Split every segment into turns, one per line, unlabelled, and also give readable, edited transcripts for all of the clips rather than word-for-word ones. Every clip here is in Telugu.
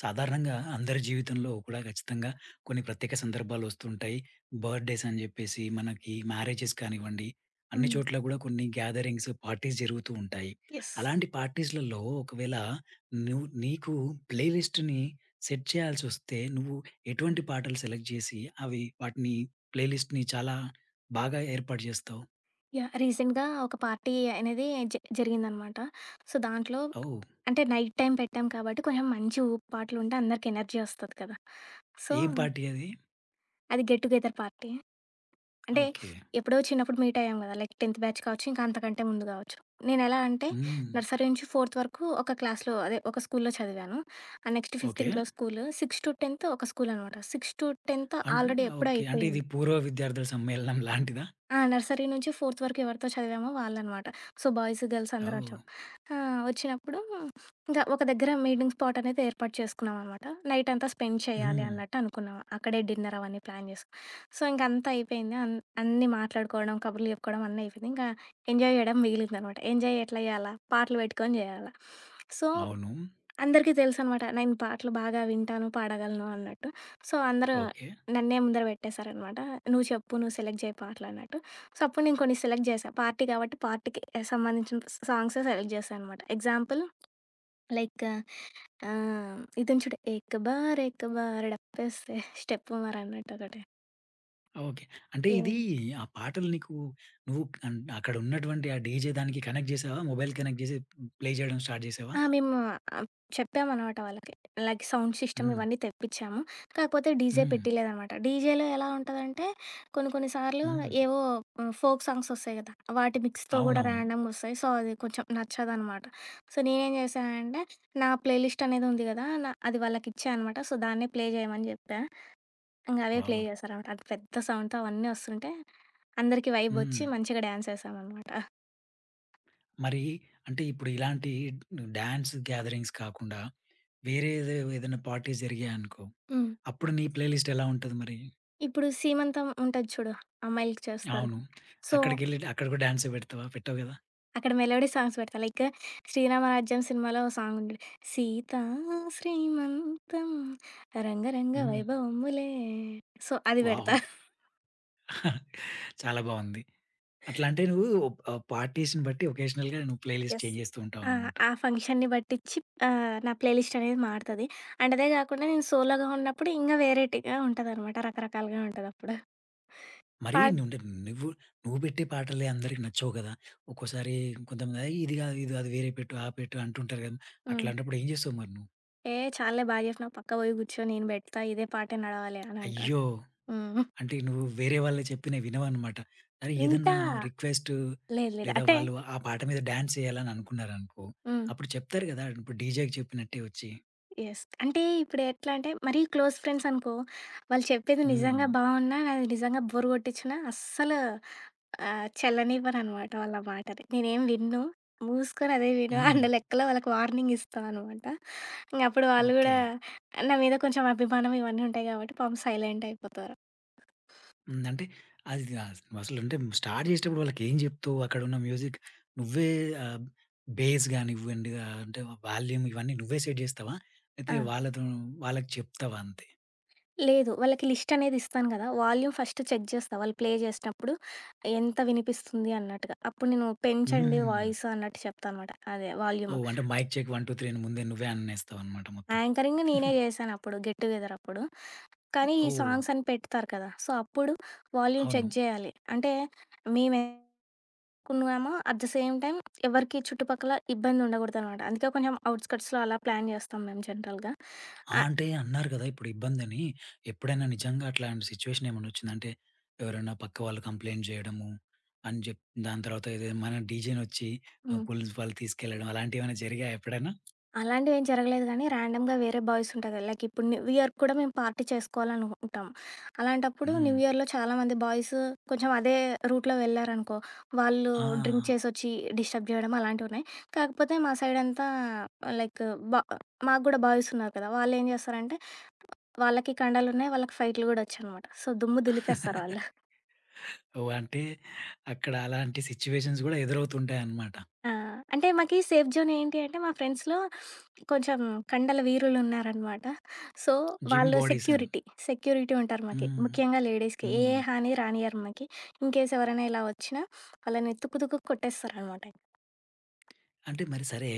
సాధారణంగా అందరి జీవితంలో కూడా ఖచ్చితంగా కొన్ని ప్రత్యేక సందర్భాలు వస్తుంటాయి. బర్త్‌డేస్ అని జెప్పేసి, మనకి మ్యారేజెస్ కానివ్వండి, అన్ని
హ్మ్.
చోట్ల గూడా కొన్ని గ్యాదరింగ్స్, పార్టీస్ జరుగుతూ ఉంటాయి.
యెస్.
అలాంటి పార్టీస్‌లలో ఒకవేళ నువ్వు నీకు ప్లే లిస్ట్‌ని సెట్ చేయాల్సొస్తే, నువ్వు ఎటువంటి పాటలు సెలెక్ట్ జేసి, అవి వాటిని ప్లే లిస్ట్‌ని చాలా బాగా ఏర్పాటు జేస్తావు?
యాహ్! రీసెంట్‌గా ఒక పార్టీ అనేది జరిగిందనమాట. సో, దాంట్లో
ఓహ్!
అంటే నైట్ టైమ్ పెట్టాం కాబట్టి కొంచెం మంచి ఊపుపాటలు ఉంటే అందరికి ఎనర్జీ వస్తది కదా! సో,
ఏం పార్టీ అది?
అది గెట్ టుగెదర్ పార్టీ. అంటే
ఓకే.
ఎప్పుడో చిన్నప్పుడు మీట్ అయ్యాం కదా! లైక్ 10థ్ బ్యాచ్ కావచ్చు, ఇంకా అంతకంటే ముందు కావచ్చు. నేనెలా అంటే
హ్మ్.
నర్సరీ నుంచి 4థ్ వరకు ఒక క్లాస్‌లో అదే ఒక స్కూల్‌లో చదివాను. ఆ నెక్స్ట్ ఫిఫ్త్
ఓకే.
ఇంకో స్కూలు, 6-10 ఒక స్కూలనమాట. 6-10
అన్
ఆల్రెడీ ఎప్పుడో
ఓకే. అంటే ఇది
అయిపోయింది.
పూర్వ విద్యార్థుల సమ్మేళనం లాంటిదా?
ఆ! నర్సరీ నుంచి ఫోర్త్ వరకు ఎవరితో చదివామో వాళ్ళనమాట. సో, బాయ్స్, గర్ల్స్ అందరం
ఓహ్!
వచ్చాం. ఆ! వచ్చినప్పుడు ఇంకా ఒక దగ్గర మీటింగ్ స్పాట్ అనేది ఏర్పాటు చేసుకున్నామనమాట. నైట్ అంతా స్పెండ్ చేయాలి
హ్మ్.
అన్నట్టు అనుకున్నాం. అక్కడే డిన్నర్ అవన్నీ ప్లాన్ చేసుకున్నాం. సో, ఇంక అంతా అయిపోయింది. అన్నీ మాట్లాడుకోవడం, కబుర్లు చెప్పుకోవడం అన్నీ అయిపోయింది. ఇంకా ఎంజాయ్ చేయడం మిగిలిందనమాట. ఎంజాయ్ ఎట్లా చేయాలా? పాటలు పెట్టుకొని చేయాలా? సో
అవును.
అందరికీ తెలుసనమాట. నేను పాటలు బాగా వింటాను, పాడగలను అన్నట్టు. సో, అందరూ
ఓకే.
నన్నే ముందర పెట్టేశారనమాట. "నువ్వు చెప్పు, నువ్వు సెలెక్ట్ చేయి పాటలన్నట్టు." సో, అప్పుడు నేను కొన్ని సెలెక్ట్ చేశా. పార్టీ కాబట్టి పార్టీకి సంబంధించిన సాంగ్సే సెలెక్ట్ చేశా అనమాట. ఎగ్జాంపుల్ లైక్ ఇది ఉంది చూడు. 'ఏక్ బార్ ఏక్ బార్ డప్పేస్తే స్టెప్ మారన్నట్టు' ఒకటి.
ఓకే. అంటే ఇది
యాహ్!
ఆ పాటలు నీకు నువ్వు అక్కడ ఉన్నటువంటి ఆ డీజే దానికి కనెక్ట్ జేసావా? మొబైల్ కనెక్ట్ జేసి ప్లే చేయడం స్టార్ట్ జేసావా?
ఆ! మేము ఆహ్, చెప్పామనమాట వాళ్ళకి. లైక్ సౌండ్ సిస్టమ్
హ్మ్.
ఇవన్నీ తెప్పిచ్చాము. కాకపోతే డీజే
హ్మ్.
పెట్టియలేదనమాట. డీజేలో ఎలా ఉంటదంటే కొన్ని కొన్ని సార్లు
హ్మ్.
ఏవో ఫోక్ సాంగ్స్ ఒస్తాయి గదా! వాటి మిక్స్‌తో గూడా
అవునవును.
ర్యాండమ్‌గొస్తాయి. సో, అది కొంచెం నచ్చదనమాట. సో, నేనేం జేశానంటే నా ప్లే లిస్ట్ అనేది ఉంది గదా! నా అది వాళ్ళకిచ్చా అనమాట. సో, దాన్నే ప్లే జేయమని జెప్పా. ఇంగ అవే ప్లే
వావ్!
జేశారనమాట. అది పెద్ద సౌండ్‌తో అవన్నీ ఒస్తుంటే అందరికి వైబొచ్చి
హ్మ్.
మంచిగా డాన్స్ ఏశామనమాట.
మరి అంటే ఇప్పుడు ఇలాంటి డాన్స్ గ్యాదరింగ్స్ కాకుండా వేరేదో ఏదైనా పార్టీస్ జరిగాయనుకో,
హ్మ్.
అప్పుడు నీ ప్లే లిస్ట్ ఎలా ఉంటది మరి?
ఇప్పుడు సీమంతం ఉంటది చూడు అమ్మాయిలకి చేస్తారు.
అవును.
సో
అక్కడికెళ్ళి అక్కడ కూడా డాన్సే పెడతావా? పెట్టవు గదా!
అక్కడ మెలోడీ సాంగ్స్ పెడతా. లైక్ 'శ్రీరామరాజ్యం' సినిమాలో ఓ సాంగ్ ఉంటది. సీతా శ్రీమంతం రంగరంగ
హ్మ్.
వైభవములే సో, అది పెడతా.
వావ్! చాలా బావుంది. అట్లా అంటే నువ్వు పార్టీస్‌ని బట్టి ఒకేషనల్‌గా నువ్వు ప్లే లిస్ట్
యెస్.
చేంజ్ చేస్తూ
ఆ!
ఉంటావనమాట.
ఆ ఫంక్షన్‌ని బట్టిచ్చి నా ప్లేలిస్ట్ అనేది మారతది. అండ్ అదే కాకుండా నేను సోలోగా ఉన్నప్పుడు ఇంగా వేరైటీగా ఉంటదనమాట. రకరకాలుగా ఉంటదప్పుడు.
మరి
పాట్
నువ్వుంటే నువ్వు నువ్వు పెట్టే పాటలే అందరికి నచ్చవు కదా! ఒక్కోసారి కొంతమంది "ఏయ్! ఇది కాదు, ఇది కాదు వేరేయి పెట్టు, ఆ పెట్టు" అంటుంటారు కదా!
హ్మ్.
అట్లాంటప్పుడు ఏం చేస్తావు మరి నువ్వు?
ఏ చాలులే బా జెప్పినావు. పక్క పోయి కూర్చో నేను పెడతా. ఇదే పాటే నడవాలి అని అంటా.
అయ్యో!
హ్మ్.
అంటే నువ్వు వేరే వాళ్ళు చెప్పినవి వినవనమాట. అరే! ఏదన్నా
వింటా.
రిక్వెస్టు
లేదు లేదు.
లేదా
అంటే
వాళ్ళు ఆ పాట మీద డాన్స్ చేయాలని అనుకున్నారనుకో,
హ్మ్.
అప్పుడు చెప్తారు కదా! ఇప్పుడు డీజేకి చెప్పినట్టే వచ్చి.
యెస్. అంటే ఇప్పుడు ఎట్లా అంటే మరీ క్లోజ్ ఫ్రెండ్స్ అనుకో, వాళ్ళు చెప్పేది
హ్మ్.
నిజంగా బావున్నా, నాది నిజంగా బోర్ కొట్టించినా అస్సలు చల్లనివ్వననమాట వాళ్ళ మాటని. నేనేం వినను. మూసుకొని అదే విను
హ్మ్.
అన్న లెక్కలో వాళ్ళకి వార్నింగ్ ఇస్తా అనమాట. ఇంక అప్పుడు వాళ్ళు
ఓకే.
గూడా నా మీద కొంచెం అభిమానం ఇవన్నీ ఉంటాయి కాబట్టి పాపం సైలెంట్ అయిపోతారు.
హ్మ్. అంటే అది గాస్ అసలంటే స్టార్ట్ జేసేటప్పుడు వాళ్ళకేం జెప్తావు? అక్కడున్న మ్యూజిక్ నువ్వే ఆహ్, బేస్ గానివ్వండి, అంటే వాల్యూమ్ ఇవన్నీ నువ్వే సెట్ జేస్తావా? అయితే
ఆ!
వాళ్ళకి చెప్తావా అంతే?
లేదు. వాళ్ళకి లిస్ట్ అనేది ఇస్తాను గదా! వాల్యూమ్ ఫస్ట్ చెక్ చేస్తా. వాళ్ళు ప్లే చేసినప్పుడు ఎంత వినిపిస్తుంది అన్నట్టుగా. అప్పుడు నేను పెంచండి
హ్మ్.
వాయిస్ అన్నట్టు చెప్తా అనమాట. అదే వాల్యూమ్.
ఓహ్! అంటే మైక్ చెక్ 1, 2, 3 అని ముందే నువ్వే అనేస్తావనమాట మొత్తం.
యాంకరింగ్ నేనే జేశానప్పుడు. గెట్ టుగెదర్ అప్పుడు. కానీ ఈ
ఓహ్!
సాంగ్స్ అని పెడతారు కదా! సో, అప్పుడు వాల్యూమ్
అవును.
చెక్ జేయాలి. అంటే మేమేమనుకున్నామో అట్ ద సేమ్ టైమ్ ఎవరికీ చుట్టుపక్కల ఇబ్బంది ఉండకూడదనమాట. అందుకే కొంచెం ఔట్‌స్కట్స్‌లో అలా ప్లాన్ జేస్తాం మేము జనరల్‌గా.
ఆ!
ఆహ్
అంటే అన్నారు గదా! ఇప్పుడు ఇబ్బందని. ఎప్పుడైనా నిజంగా అట్లాంటి సిట్యుయేషన్ ఏమన్నా వచ్చిందంటే, ఎవరైనా పక్క వాళ్ళు కంప్లెయింట్ జేయడము అని దాని తర్వాత ఏదైనా మన డీజే‌నొచ్చి
హ్మ్.
పోలీస్ వాళ్ళు తీసుకెళ్ళడం అలాంటివేమైనా జరిగాయా ఎప్పుడైనా?
అలాంటివేం జరగలేదు గానీ, ర్యాండమ్‌గా వేరే బాయ్స్ ఉంటారు కదా! లైక్ ఇప్పుడు న్యూ ఇయర్ కూడా మేము పార్టీ చేసుకోవాలనుకుంటాం. అలాంటప్పుడు న్యూ
హ్మ్.
ఇయర్‌లో చాలామంది బాయ్స్ కొంచెం అదే రూట్‌లో వెళ్లారనుకో, వాళ్ళు
ఆ!
డ్రింక్ చేసొచ్చి డిస్టర్బ్ జేయడం అలాంటివున్నాయి. కాకపోతే మా సైడంతా లైక్ బ మాకు గూడా బాయ్స్ ఉన్నారు కదా! వాళ్ళేం జేస్తారంటే, వాళ్ళకి కండలున్నాయి, వాళ్ళకి ఫైట్లు గూడా వచ్చనమాట. సో, దుమ్ము దులిపేస్తారు వాళ్ళు.
ఓహ్! అంటే అక్కడ అలాంటి సిట్యుయేషన్స్ గూడా ఎదురవుతుంటాయన్నమాట.
ఆ! అంటే మాకి సేఫ్ జోన్ ఏంటి అంటే, మా ఫ్రెండ్స్‌లో కొంచెం కండల వీరులున్నారనమాట. సో,
జిమ్
వాళ్ళు
బాడీస్ అని.
సెక్యూరిటీ, సెక్యూరిటీ ఉంటారు మాకి.
హ్మ్.
ముఖ్యంగా లేడీస్‌కి. ఏ
హ్మ్.
హాని రానియ్యరు మాకి. ఇన్‌కేస్ ఎవరైనా ఇలా వచ్చినా వాళ్ళని తుక్కు తుక్కు కొట్టేస్తారనమాట.
అంటే మరి సరే,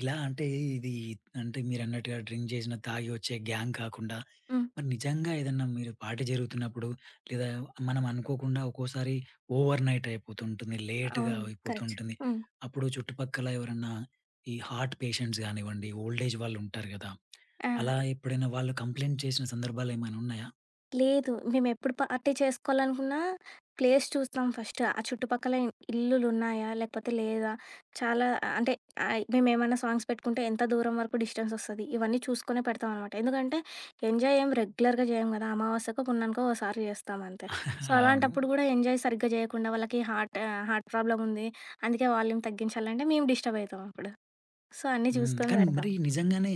ఇలా అంటే ఇది అంటే మీరన్నట్టుగా డ్రింక్ చేసిన, తాగి వచ్చే గ్యాంగ్ కాకుండా,
హ్మ్.
మరి నిజంగా ఏదన్నా మీరు పార్టీ జరుగుతున్నప్పుడు, లేదా మనం అనుకోకుండా ఒక్కోసారి ఓవర్‌నైట్ అయిపోతుంటుంది. లేట్‌గా
అవును. కరెక్ట్.
అయిపోతుంటుంది.
హ్మ్.
అప్పుడు చుట్టుపక్కల ఎవరన్నా ఈ హార్ట్ పేషెంట్స్ గానివ్వండి, ఓల్డ్ ఏజ్ వాళ్ళుంటారు గదా!
ఆ!
అలా ఎప్పుడైనా వాళ్ళు కంప్లెయింట్ చేసిన సందర్భాలేమైనా ఉన్నాయా?
లేదు. మేమెప్పుడు పార్టీ చేసుకోవాలనుకున్నా ప్లేస్ చూస్తాం ఫస్ట్. ఆ చుట్టుపక్కల ఇల్లులున్నాయా? లేకపోతే లేదా? చాలా అంటే మేమేమన్నా సాంగ్స్ పెట్టుకుంటే ఎంత దూరం వరకు డిస్టెన్స్ వస్తది? ఇవన్నీ చూసుకునే పెడతామనమాట. ఎందుకంటే ఎంజాయ్ ఏం రెగ్యులర్‌గా జేయం గదా! అమావాస్యకో, పుణ్యానికో ఓసారి జేస్తాం అంతే. సో,
అవును.
అలాంటప్పుడు గూడా ఎంజాయ్ సరిగ్గా జేయకుండా వాళ్ళకి హార్ట్ ప్రాబ్లమ్ ఉంది. అందుకే వాల్యూమ్ తగ్గించాలంటే మేము డిస్టర్బ్ అయితాం అప్పుడు. సో, అన్నీ
హ్మ్.
చూసుకొని ఓహ్!
కానీ
పెడతాం.
మరి నిజంగానే,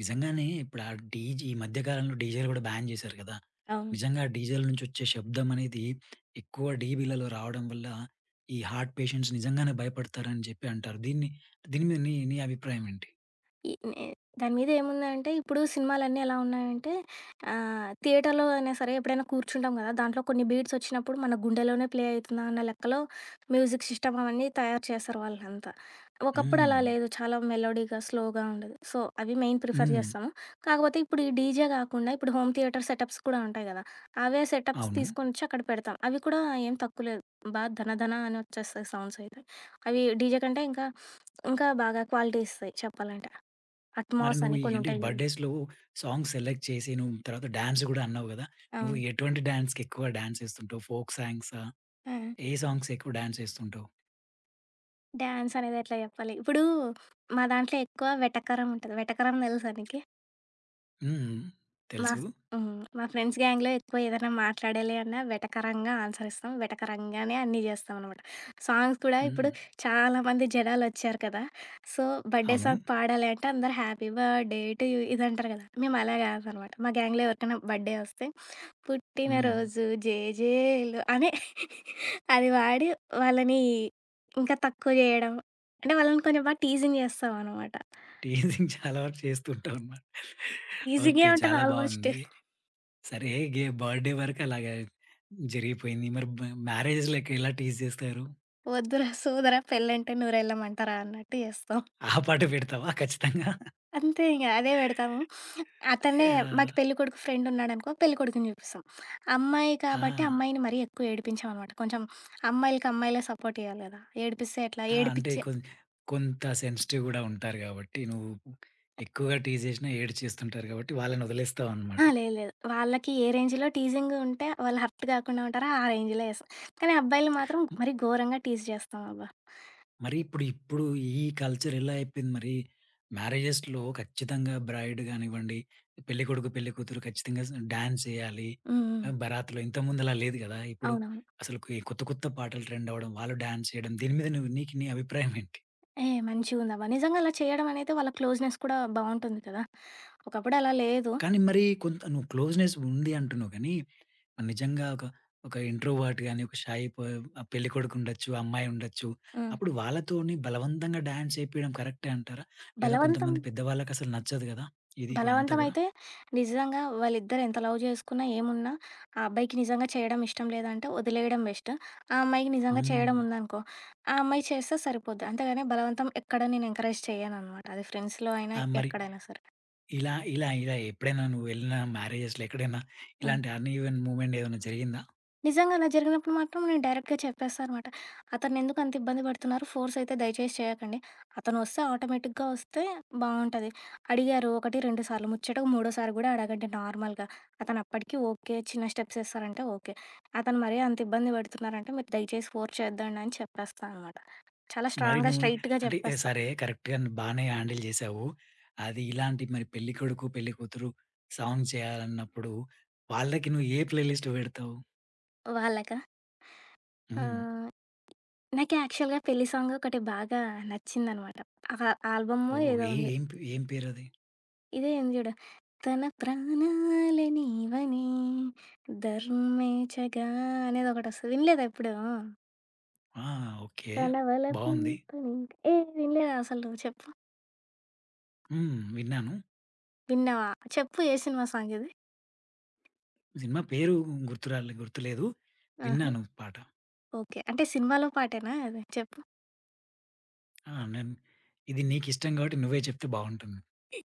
నిజంగానే ఇప్పుడు ఆ డీజే ఈ మధ్య కాలంలో డీజేలు గూడా బ్యాన్ చేశారు గదా!
అవును.
నిజంగా డీజేల నుంచి వచ్చే శబ్దం అనేది ఎక్కువ డీబీలలో రావడం వల్ల ఈ హార్ట్ పేషెంట్స్ నిజంగానే భయపడతారని చెప్పి అంటారు. దీని మీద నీ నీ అభిప్రాయం ఏంటి?
ఈ నే దాని మీద ఏముందంటే, ఇప్పుడు సినిమాలన్నీ ఎలా ఉన్నాయంటే థియేటర్‌లో అయినా సరే ఎప్పుడైనా కూర్చుంటాం కదా! దాంట్లో కొన్ని బీట్స్ వచ్చినప్పుడు మన గుండెలోనే ప్లే అయితుందా అన్న లెక్కలో మ్యూజిక్ సిస్టమ్ అవన్నీ తయారు చేస్తారు వాళ్ళంతా. ఒకప్పుడు అలా
హ్మ్.
లేదు. చాలా మెలోడీగా, స్లోగా ఉండేది. సో, అవి మెయిన్ ప్రిఫర్
హ్మ్.
చేస్తాము. కాకపోతే ఇప్పుడు ఈ డీజే కాకుండా ఇప్పుడు హోమ్ థియేటర్ సెటప్స్ కూడా ఉంటాయి కదా! అవే సెటప్స్
అవును.
తీసుకొనొచ్చి అక్కడ పెడతాం. అవి కూడా ఏం తక్కువ లేదు. బా ధనధన అని వచ్చేస్తాయి సౌండ్స్ అయితే. అవి డీజే కంటే ఇంకా, ఇంకా బాగా క్వాలిటీ ఇస్తాయి చెప్పాలంటే.
మరి
అట్మాస్
నువ్వు
అని
ఈ
కొన్నుంటాయి జూడు.
బర్త్‌డేస్‌లో సాంగ్స్ సెలెక్ట్ చేసి నువ్వు తర్వాత డాన్స్ గూడా అన్నావు గదా! నువ్వు
అవును.
ఎటువంటి డాన్స్‌కి ఎక్కువ డాన్స్ ఏస్తుంటావు? ఫోక్ సాంగ్సా?
ఆ!
ఏ సాంగ్స్ ఎక్కువ డాన్స్ ఏస్తుంటావు?
డాన్స్ అనేది ఎట్లా జెప్పాలి? ఇప్పుడు మా దాంట్లో ఎక్కువ వెటకరం ఉంటది. వెటకరం దెలుసా నీకి?
హ్మ్.
మా హ్మ్.
తెలుసు.
ఫ్ హ్మ్. మా ఫ్రెండ్స్ గ్యాంగ్‌లో ఎక్కువ ఏదైనా మాట్లాడాలి అన్నా వెటకరంగా ఆన్సర్ ఇస్తాం. వెటకరంగానే అన్నీ జేస్తామనమాట. సాంగ్స్ కూడా ఇప్పుడు
హ్మ్.
చాలామంది జనాలొచ్చారు కదా! సో, బర్త్‌డే
అవును.
సాంగ్ పాడాలి అంటే అందరూ హ్యాపీ బర్త్‌డే టు యూ ఇదంటారు గదా! మేము అలా గాదనమాట. మా గ్యాంగ్‌లో ఎవరికైనా బర్త్‌డే వస్తే
హ్మ్.
పుట్టినరోజు జేజేలు అనే అది వాడి వాళ్ళని ఇంకా తక్కువ చేయడం. అంటే వాళ్ళని కొంచెం బాగా టీజింగ్ చేస్తామనమాట.
టీజింగ్ చాలా వరకు చేస్తుంటాం అనమాట.
టీజింగే
ఓకే.
ఉంటది
చాలా
ఆల్మోస్ట్.
బావుంది. సరే గే బర్త్‌డే వరకు అలాగా జరిగిపోయింది. మరి మ్యారేజ్‌లకి ఎలా టీజ్ చేస్తారు?
"వద్దురా సోదరా పెళ్ళంటే నూరెళ్ళమంటారా" అన్నట్టు చేస్తాం.
ఆ పాట పెడతావా ఖచ్చితంగా?
అంతే ఇంగ అదే పెడతాము. అతనే
యాహ్!
మాకు పెళ్ళికొడుకు ఫ్రెండ్ ఉన్నాడనుకో పెళ్ళికొడుకుని చూపిస్తాం. అమ్మాయి
ఆ!
కాబట్టి అమ్మాయిని మరీ ఎక్కువ ఏడిపించమనమాట. కొంచెం అమ్మాయిలకి అమ్మాయిలే సపోర్ట్ ఇయ్యాలి గదా! ఏడిపిస్తే ఎట్లా?
ఆ! అంటే
ఏడిపిచ్చి
కొంత సెన్సిటివ్ గూడా ఉంటారు గాబట్టి, నువ్వు ఎక్కువగా టీజ్ చేసినా ఏడ్చేస్తుంటారు గాబట్టి వాళ్ళని వదిలేస్తావనమాట.
ఆ! లేదు లేదు. వాళ్ళకి ఏ రేంజ్‌లో టీజింగ్ ఉంటే వాళ్ళు హర్ట్ గాకుండా ఉంటారో ఆ రేంజ్‌లో ఏస్తాం. కానీ అబ్బాయిలు మాత్రం మరీ ఘోరంగా టీజ్ చేస్తాం అబ్బా!
మరి ఇప్పుడు ఈ కల్చర్ ఎలా అయిపోయింది మరి? మ్యారేజెస్‌లో ఖచ్చితంగా బ్రైడ్ గానివ్వండి, పెళ్ళికొడుకు, పెళ్ళికూతురు ఖచ్చితంగా డాన్స్ చేయాలి.
హ్మ్. హ్మ్.
బరాత్‌లో ఇంతకుముందు అలా లేదు కదా! ఇప్పుడు
అవునవును.
అసలు ఈ కొత్త, కొత్త పాటలు ట్రెండ్ అవ్వడం, వాళ్ళు డాన్స్ చేయడం. దీని మీద నువ్వు నీకు నీ అభిప్రాయం ఏంటి?
ఏ మంచిగుందబ్బా! నిజంగా అలా చేయడం అనేది వాళ్ళ క్లోజ్‌నెస్ కూడా బావుంటుంది కదా! ఒకప్పుడు అలా లేదు.
కానీ మరి కొంత నువ్వు క్లోజ్‌నెస్ ఉంది అంటున్నావు కానీ నిజంగా ఒక ఒక ఇంట్రోవర్ట్ గాని, ఒక షై ప పెళ్ళికొడుకు ఉండొచ్చు, అమ్మాయి ఉండొచ్చు.
హ్మ్.
అప్పుడు వాళ్ళతోని బలవంతంగా డాన్స్ చేపియడం కరెక్టే అంటారా? లేదా
బలవంతం
కొంతమంది పెద్దవాళ్ళకసలు నచ్చదు గదా! ఇది కూడా అంతా గూడా.
బలవంతమైతే నిజంగా వాళ్ళిద్దరు ఎంత లవ్ జేసుకున్నా, ఏమున్నా ఆ అబ్బాయికి నిజంగా చేయడం ఇష్టం లేదంటే వదిలేయడం బెస్ట్. ఆ అమ్మాయికి నిజంగా చేయడం
హ్మ్.
ఉందనుకో, ఆ అమ్మాయి చేస్తే సరిపోద్ది. అంతేగాని బలవంతం ఎక్కడ నేను ఎంకరేజ్ చేయననమాట. అది ఫ్రెండ్స్‌లో అయినా,
ఆ! మరి
ఎక్కడైనా సరే.
ఇలా ఇలా ఇలా ఎప్పుడైనా నువ్వు వెళ్ళిన మ్యారేజెస్‌లో ఎక్కడైనా ఇలాంటి అన్‌ఈవెన్ మూవ్‌మెంట్ ఏదైనా జరిగిందా?
నిజంగా అలా జరిగినప్పుడు మాత్రం నేను డైరెక్ట్‌గా చెప్పేస్తా అనమాట. అతన్నెందుకు అంత ఇబ్బంది పడుతున్నారు? ఫోర్స్ అయితే దయచేసి చేయకండి. అతను వస్తే ఆటోమేటిక్‌గా వస్తే బావుంటది. అడిగారు 1, 2 సార్లు ముచ్చటగా మూడోసారి గూడా అడగండి నార్మల్‌గా. అతను అప్పటికి ఓకే. చిన్న స్టెప్స్ ఏస్తారంటే ఓకే. అతను మరీ అంత ఇబ్బంది పెడుతున్నారంటే మీరు దయచేసి ఫోర్స్ చేద్దండి అని చెప్పేస్తా అనమాట. చాలా
మరి
స్ట్రాంగ్‌గా
నువ్వు
స్ట్రెయిట్‌గా
అంటే ఏ
చెప్పేస్తా
సరే కరెక్ట్‌గా బానే హ్యాండిల్ చేసావు. అది ఇలాంటి మరి పెళ్ళికొడుకు, పెళ్ళికూతురు సాంగ్ చేయాలన్నప్పుడు వాళ్ళకి నువ్వు ఏ ప్లేలిస్ట్ పెడతావు?
వాళ్ళకి.
హ్మ్.
ఆహ్, నాకు యాక్చువల్‌గా పెళ్లి సాంగ్ ఒకటి బాగా నచ్చిందనమాట. ఆ ఆల్బమో
ఓహ్!
ఏదో
ఏ
ఉంది.
ఏం పే ఏం పేరది?
ఇదే ఉంది జూడు. తన ప్రాణాలనివని ధర్మేచగా అనేది ఒకటి వస్తుంది వినలేదా ఎప్పుడు?
ఆ! ఓకే.
తన వలపు
బావుంది.
పని ఏ వినలేదా అసలు నువ్వు చెప్పు.
హ్మ్. విన్నాను.
విన్నావా? చెప్పు ఏ సినిమా సాంగ్ ఇది?
సినిమా పేరు గుర్తులేదు.
ఆహా!
విన్నాను పాట.
ఓకే. అంటే సినిమాలో పాటేనా అది చెప్పు?
ఆ! నేను ఇది నీకిష్టం గాబట్టి నువ్వే చెప్తే బావుంటుంది.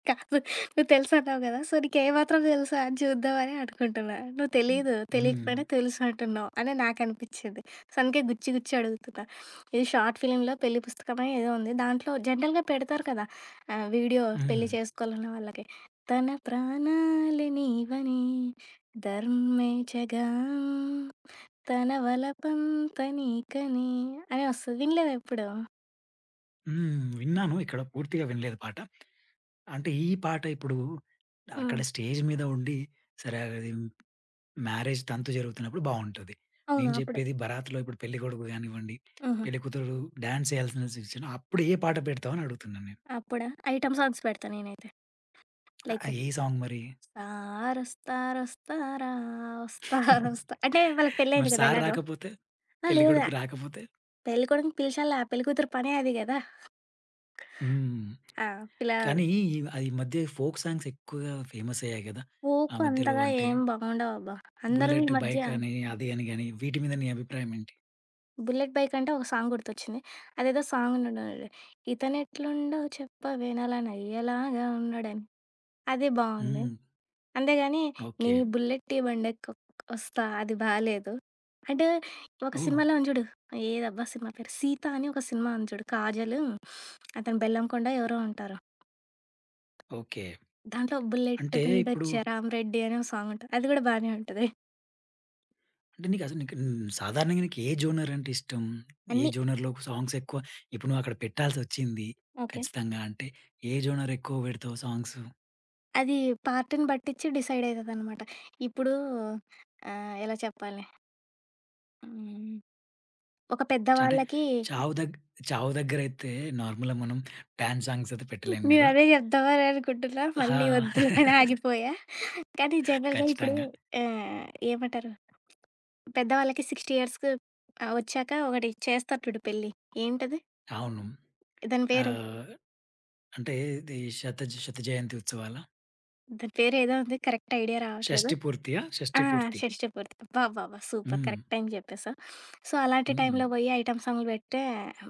కాదు. నువ్వు తెలుసన్నావు గదా! సో, నీకేమాత్రం తెలుసు అని చూద్దామని అనుకుంటున్నా. నువ్వు
హ్మ్.
తెలీదు,
హ్మ్.
తెలియకపోయినా తెలుసు అంటున్నావు అని నాకనిపిచ్చింది. సో, అందుకే గుచ్చి గుచ్చి అడుగుతున్నా. ఇది షార్ట్ ఫిల్మ్‌లో పెళ్లి పుస్తకమో ఏదో ఉంది. దాంట్లో జనరల్‌గా పెడతారు కదా! వీడియో పెళ్లి
హ్మ్.
చేసుకోవాలన్న వాళ్ళకి. తన ప్రాణాలె నీవని ధర్మేచగా తన వలపంత నీకని అని వస్తది. వినలేదా ఎప్పుడు?
హ్మ్. విన్నాను. ఇక్కడ పూర్తిగా వినలేదు పాట. అంటే ఈ పాట ఇప్పుడు అక్కడ
హ్మ్.
స్టేజ్ మీద ఉండి సరే అది మ్యారేజ్ తంతు జరుగుతున్నప్పుడు బావుంటది.
అవును.
నేను
అప్పుడే.
చెప్పేది బరాత్‌లో ఇప్పుడు పెళ్ళికొడుకు గానివ్వండి,
హుహు.
పెళ్ళికూతురు డాన్స్ చేయాల్సిన సిచ్యుయేషన్ అప్పుడు ఏ పాట పెడతావు అని అడుగుతున్నాను నేను.
అప్పుడా? ఐటెమ్ సాంగ్స్ పెడతా నేనైతే.
అ
లైక్
ఏ సాంగ్ మరి?
"సారొస్తారొస్తారా వస్తారొస్తా" అంటే వాళ్ళకి
మరి
పెళ్లయింది కదా!
సార్
ఎలాగో.
రాకపోతే?
ఆ! లేదా
పెళ్ళికొడుకు రాకపోతే?
పెళ్లి కొడుకుని పిలిచాలా, పెళ్లి కూతురు పనే అది గదా!
హ్మ్.
ఆ! పిలవాలి.
కానీ ఈ మధ్య ఫోక్ సాంగ్స్ ఎక్కువగా ఫేమస్ అయ్యాయి గదా! ఆ
ఊకు
మధ్యలో
అంతగా
అంటే
ఏం బాగుండవబ్బా! అందరూ ఈ
'బుల్లెట్
మధ్య
బైక్' అని, అది అని గాని వీటి మీద నీ అభిప్రాయం ఏంటి?
'బుల్లెట్ బైక్' అంటే ఒక సాంగ్ గుర్తొచ్చింది. అదేదో సాంగ్ ఉండేది. "ఇతనెట్లుండో చెప్పవే నల నయ్యలాగా ఉన్నడని." అది బావుంది.
హ్మ్.
అంతేగాని, నీ
ఓకే.
బుల్లెట్‌కి బండెక్కొక్ ఒస్తా అది బాలేదు. అంటే, ఒక
ఓహ్!
సినిమాలో ఉంది జూడు. ఏదబ్బా సినిమా పేరు? 'సీత' అని ఒక సినిమా ఉంది చూడు. కాజలు, అతను బెల్లంకొండ ఎవరో ఉంటారు.
ఓకే.
దాంట్లో 'బుల్లెట్
అంటే ఇప్పుడు
మీదొచ్చే రామిరెడ్డి' అని ఒక సాంగ్ ఉంటది. అది గూడా బానే ఉంటది.
అంటే నీకు హ్మ్, సాధారణంగా నీకు ఏ జోనర్ అంటే ఇష్టం? ఏ
అన్నీ
జోనర్‌లో సాంగ్స్ ఎక్కువ ఇప్పుడు నువ్వు అక్కడ పెట్టాల్సొచ్చింది
ఓకే.
ఖచ్చితంగా అంటే ఏ జోనర్ ఎక్కువ పెడతావు సాంగ్స్?
అది పార్ట్‌ని బట్టిచ్చి డిసైడ్ అయితదనమాట. ఇప్పుడు ఎలా చెప్పాలి? హ్మ్. ఒక
చ అంటే
పెద్దవాళ్ళకి
చావు దగ్ చావు దగ్గరైతే నార్మల్‌గా మనం డాన్స్ సాంగ్స్ అయితే పెట్టలేము గదా!
నేనదే జెప్దామని అనుకుంటున్నా. మళ్ళీ
ఆ!
వద్దులే అని ఆగిపోయా. కానీ జనరల్‌గా ఇప్పుడు
ఖచ్చితంగా.
ఆహ్, ఏమంటారు? పెద్దవాళ్ళకి 60 ఇయర్స్‌కి వచ్చాక ఒకటి చేస్తారు చూడు పెళ్లి. ఏంటది?
అవును.
దాని పేరు,
ఆహ్, అంటే ఇది శత శత జయంతి ఉత్సవాలా?
దాని పేరేదో ఉంది. కరెక్ట్ ఐడియా రావట్లేదు.
షష్టి పూర్తియా?
ఆ!
షష్టి పూర్తి.
షష్టి పూర్తి. అబ్బబ్బబ్బా! సూపర్
హ్మ్.
కరెక్ట్ టైమ్‌కి జెప్పేశావు. సో, అలాంటి
హ్మ్.
టైంలో బోయి ఐటెమ్ సాంగ్‌లు బెడితే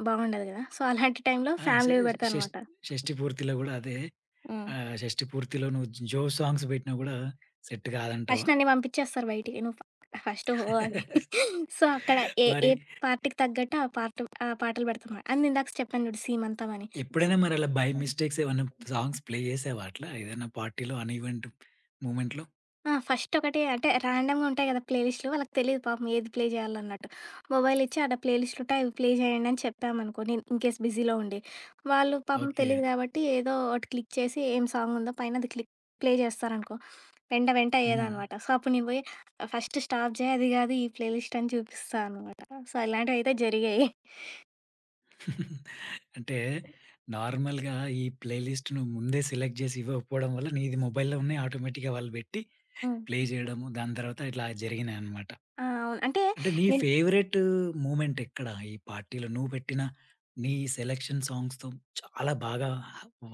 బావుండదు గదా! సో, అలాంటి టైంలో
ఆ! ష
ఫ్యామిలీవి
షష్
బెడతాననమాట.
షష్టి పూర్తిలో గూడా అదే
హ్మ్.
షష్టి పూర్తిలో నువ్వు జో సాంగ్స్ బెట్టినా గూడా సెట్ గాదంటావా?
ఫస్ట్ నన్ను పంపిచ్చేస్తారు బయటికి. నువ్వు ఫ ఫస్ట్ "ఓ" అని. సో, అక్కడ ఏ ఏ
మరి
పార్ట్‌కి తగ్గట్టు ఆ పార్ట్ ఆ పాటలు పెడతానమాట. అండ్ ఇందాక చెప్పాను చూడు 'సీమంతం' అని.
ఎప్పుడైనా మరి అలా బై మిస్టేక్స్ ఏమన్నా సాంగ్స్ ప్లే జేసావా అట్లా ఏదైనా పార్టీలో అన్ ఈవెంట్ మూమెంట్‌లో?
ఆ! ఫస్టొకటి అంటే ర్యాండమ్‌గా ఉంటాయి కదా! ప్లేలిస్ట్‌లు వాళ్ళకి తెలీదు పాపం ఏది ప్లే చేయాలన్నట్టు. మొబైల్ ఇచ్చి ప్లేలిస్ట్‌లు ఉంటాయి అవి ప్లే చేయండి అని చెప్పామనుకో నేను ఇన్‌కేస్ బిజీలో ఉండి. వాళ్ళు పాపం
ఓకే.
తెలీదు కాబట్టి ఏదో ఒకటి క్లిక్ చేసి ఏం సాంగ్ ఉందో పైన అది క్లిక్ ప్లే చేస్తారనుకో వెంట వెంట
హ్మ్.
అయ్యేదనమాట. సో, అప్పుడు నేను పోయి ఫస్ట్ స్టాప్ చేయి అది కాదు ఈ ప్లేలిస్ట్ అని చూపిస్తా అనమాట. సో, ఇలాంటివయితే జరిగాయి.
అంటే నార్మల్‌గా ఈ ప్లే లిస్ట్ నువ్వు ముందే సెలెక్ట్ జేసి ఇవ్వకపోవడం వల్ల నీది మొబైల్‌లోనే ఆటోమేటిక్‌గా వాళ్ళు బెట్టి
హ్మ్.
ప్లే జేయడము. దాని తర్వాత ఇట్లా జరిగినాయన్నమాట.
ఆ! అవును. అంటే
అంటే నీ
నేను
ఫేవరెట్ మూమెంట్ ఎక్కడ? ఈ పార్టీలో నువ్వు పెట్టిన నీ సెలక్షన్ సాంగ్స్‌తో చాలా బాగా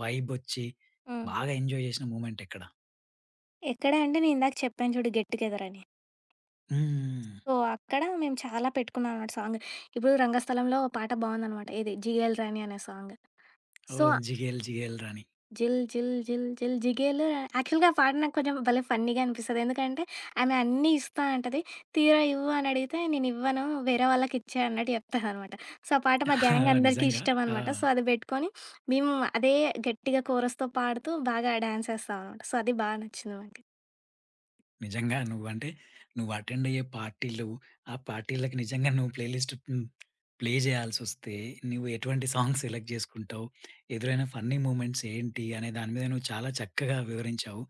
వైబొచ్చి
హ్మ్.
బాగా ఎంజాయ్ జేసిన మూమెంట్ ఎక్కడ?
ఎక్కడ అంటే నేను ఇందాక చెప్పాను చూడు 'గెట్ టుగెదర్' అని.
హ్మ్.
సో, అక్కడ మేము చాలా పెట్టుకున్నాం అనమాట సాంగ్. ఇప్పుడు 'రంగస్థలంలో' ఓ పాట బావుందనమాట. ఏది 'జిగేల్ రాణి' అనే సాంగ్. సో,
ఓహ్! 'జిగేల్ జిగేల్ రాణి'
జిల్ జిల్ జిల్ జిల్ జిగేల్ రాణి యాక్చువల్‌గా ఆ పాట నాకు కొంచెం భలే ఫన్నీగా అనిపిస్తది. ఎందుకంటే ఆమె అన్నీ ఇస్తా అంటది. తీరా ఇవ్వు అని అడిగితే నేనివ్వను వేరే వాళ్ళకిచ్చే అన్నట్టు చెప్తదనమాట. సో, ఆ పాట మా గ్యాంగ్ అందరికీ
నిజంగా.
ఇష్టం
ఆ!
అనమాట. సో, అది పెట్టుకొని మేము అదే గట్టిగా కోరస్‌తో పాడుతూ బాగా డాన్స్ ఏస్తామనమాట. సో, అది బా నచ్చింది మాకు.
నిజంగా నువ్వంటే, నువ్వు అటెండ్ అయ్యే పార్టీలు, ఆ పార్టీలకి నిజంగా నువ్వు ప్లే లిస్ట్ హ్మ్. ప్లే చేయాల్సొస్తే, నువ్వు ఎటువంటి సాంగ్స్ సెలెక్ట్ చేసుకుంటావు? ఎదురైన ఫన్నీ మూమెంట్స్ ఏంటి? అనే దాని మీద నువ్వు చాలా చక్కగా వివరించావు.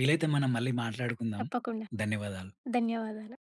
వీలైతే మనం మళ్ళీ మాట్లాడుకుందాం.
తప్పకుండా.
ధన్యవాదాలు.
ధన్యవాదాలు.